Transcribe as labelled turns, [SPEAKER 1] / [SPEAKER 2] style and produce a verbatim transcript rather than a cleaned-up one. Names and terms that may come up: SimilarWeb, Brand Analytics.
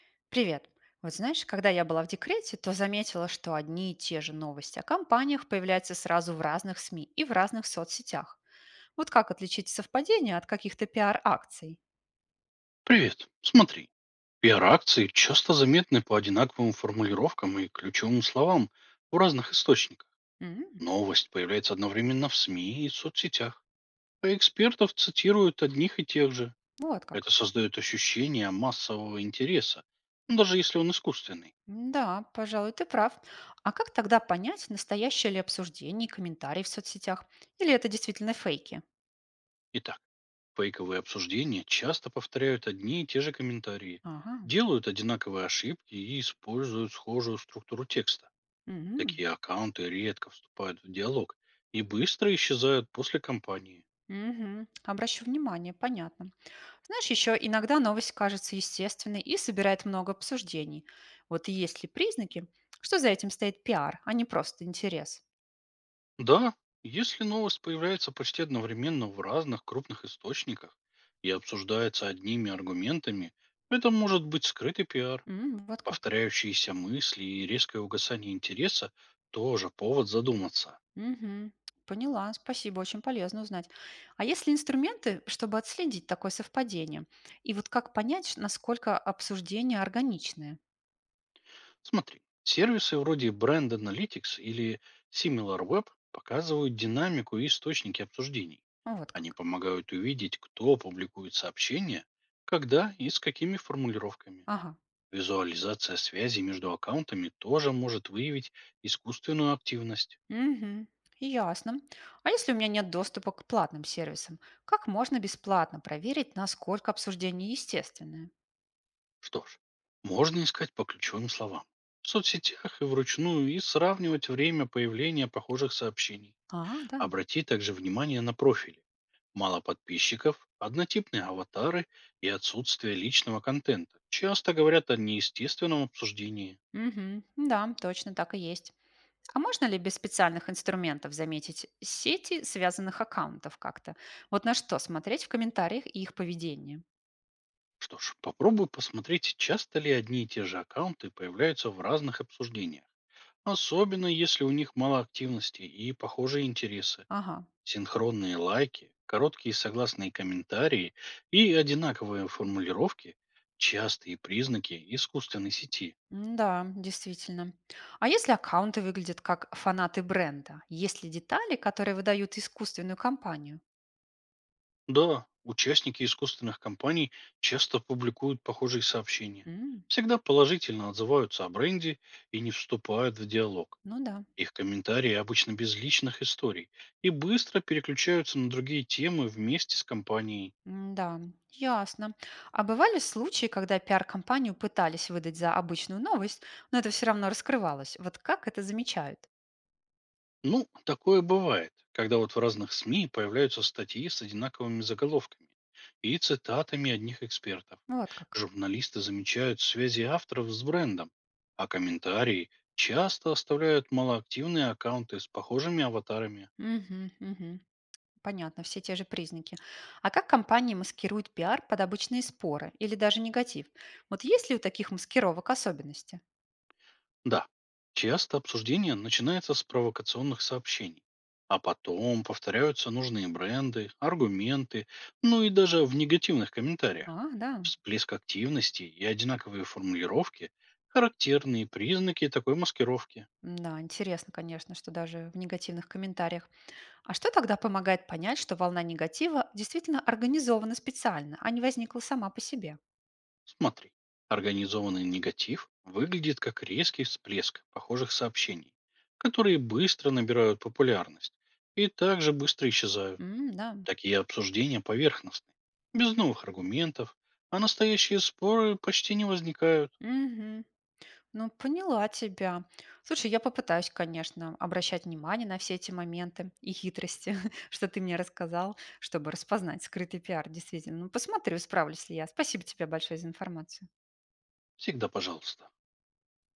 [SPEAKER 1] Привет. Вот знаешь, когда я была в декрете, то заметила, что одни и те же новости о компаниях появляются сразу в разных СМИ и в разных соцсетях. Вот как отличить совпадение от каких-то пиар-акций?
[SPEAKER 2] Привет. Смотри, пиар-акции часто заметны по одинаковым формулировкам и ключевым словам в разных источниках.
[SPEAKER 1] М,
[SPEAKER 2] Новость появляется одновременно в СМИ и соцсетях. А экспертов цитируют одних и тех же.
[SPEAKER 1] вот как.
[SPEAKER 2] Это создает ощущение массового интереса, ну, даже если он искусственный.
[SPEAKER 1] М, да, пожалуй, ты прав. А как тогда понять, настоящее ли обсуждение и комментарии в соцсетях? Или это действительно фейки?
[SPEAKER 2] Итак, фейковые обсуждения часто повторяют одни и те же комментарии,
[SPEAKER 1] Ага.
[SPEAKER 2] делают одинаковые ошибки и используют схожую структуру текста.
[SPEAKER 1] Мгм.
[SPEAKER 2] Такие аккаунты редко вступают в диалог и быстро исчезают после кампании.
[SPEAKER 1] Мгм, обращу внимание, понятно. Знаешь, еще иногда новость кажется естественной и собирает много обсуждений. Вот есть ли признаки, что за этим стоит пиар, а не просто интерес?
[SPEAKER 2] Да, если новость появляется почти одновременно в разных крупных источниках и обсуждается одними аргументами, это может быть скрытый пиар.
[SPEAKER 1] М, вот как.
[SPEAKER 2] Повторяющиеся мысли и резкое угасание интереса тоже повод задуматься.
[SPEAKER 1] Мгм. Поняла, спасибо, очень полезно узнать. А есть ли инструменты, чтобы отследить такое совпадение? И вот как понять, ш- насколько обсуждение органичное?
[SPEAKER 2] Смотри, сервисы вроде бренд аналитикс или симиларвеб показывают динамику и источники обсуждений.
[SPEAKER 1] Ну, вот
[SPEAKER 2] Они
[SPEAKER 1] как.
[SPEAKER 2] помогают увидеть, кто публикует сообщения, когда и с какими формулировками.
[SPEAKER 1] Ага.
[SPEAKER 2] Визуализация связи между аккаунтами тоже может выявить искусственную активность.
[SPEAKER 1] Мгм. Ясно. А если у меня нет доступа к платным сервисам, как можно бесплатно проверить, насколько обсуждение естественное?
[SPEAKER 2] Что ж, можно искать по ключевым словам в соцсетях и вручную и сравнивать время появления похожих сообщений.
[SPEAKER 1] А, да.
[SPEAKER 2] Обрати также внимание на профили. Мало подписчиков, однотипные аватары и отсутствие личного контента. Часто говорят о неестественном обсуждении.
[SPEAKER 1] Мгм, да, точно так и есть. А можно ли без специальных инструментов заметить сети связанных аккаунтов как-то? Вот на что смотреть в комментариях и их поведение?
[SPEAKER 2] Что ж, попробуй посмотреть, часто ли одни и те же аккаунты появляются в разных обсуждениях. Особенно если у них мало активности и похожие интересы.
[SPEAKER 1] Ага.
[SPEAKER 2] Синхронные лайки, короткие согласные комментарии и одинаковые формулировки– частые признаки искусственной сети.
[SPEAKER 1] М, да, действительно. А если аккаунты выглядят как фанаты бренда? Есть ли детали, которые выдают искусственную компанию?
[SPEAKER 2] Да, участники искусственных компаний часто публикуют похожие сообщения.
[SPEAKER 1] М.
[SPEAKER 2] Всегда положительно отзываются о бренде и не вступают в диалог.
[SPEAKER 1] Ну да.
[SPEAKER 2] Их комментарии обычно без личных историй и быстро переключаются на другие темы вместе с компанией.
[SPEAKER 1] М, да, ясно. А бывали случаи, когда пиар-компанию пытались выдать за обычную новость, но это все равно раскрывалось. Вот как это замечают?
[SPEAKER 2] Ну, такое бывает, когда вот в разных с м и появляются статьи с одинаковыми заголовками и цитатами одних экспертов.
[SPEAKER 1] Вот как.
[SPEAKER 2] Журналисты замечают связи авторов с брендом, а комментарии часто оставляют малоактивные аккаунты с похожими аватарами.
[SPEAKER 1] Мгм, мгм. Понятно, все те же признаки. А как компании маскируют пиар под обычные споры или даже негатив? Вот есть ли у таких маскировок особенности?
[SPEAKER 2] Да, часто обсуждение начинается с провокационных сообщений, а потом повторяются нужные бренды, аргументы, ну и даже в негативных комментариях.
[SPEAKER 1] А, да.
[SPEAKER 2] Всплеск активности и одинаковые формулировки– характерные признаки такой маскировки.
[SPEAKER 1] М, да, интересно, конечно, что даже в негативных комментариях. А что тогда помогает понять, что волна негатива действительно организована специально, а не возникла сама по себе?
[SPEAKER 2] Смотри, организованный негатив выглядит как резкий всплеск похожих сообщений, которые быстро набирают популярность и также быстро исчезают.
[SPEAKER 1] М, да.
[SPEAKER 2] Такие обсуждения поверхностны, без новых аргументов, а настоящие споры почти не возникают.
[SPEAKER 1] Мгм. Ну, поняла тебя. Слушай, я попытаюсь, конечно, обращать внимание на все эти моменты и хитрости, что ты мне рассказал, чтобы распознать скрытый пиар, действительно. Ну, посмотрю, справлюсь ли я. Спасибо тебе большое за информацию.
[SPEAKER 2] Всегда пожалуйста.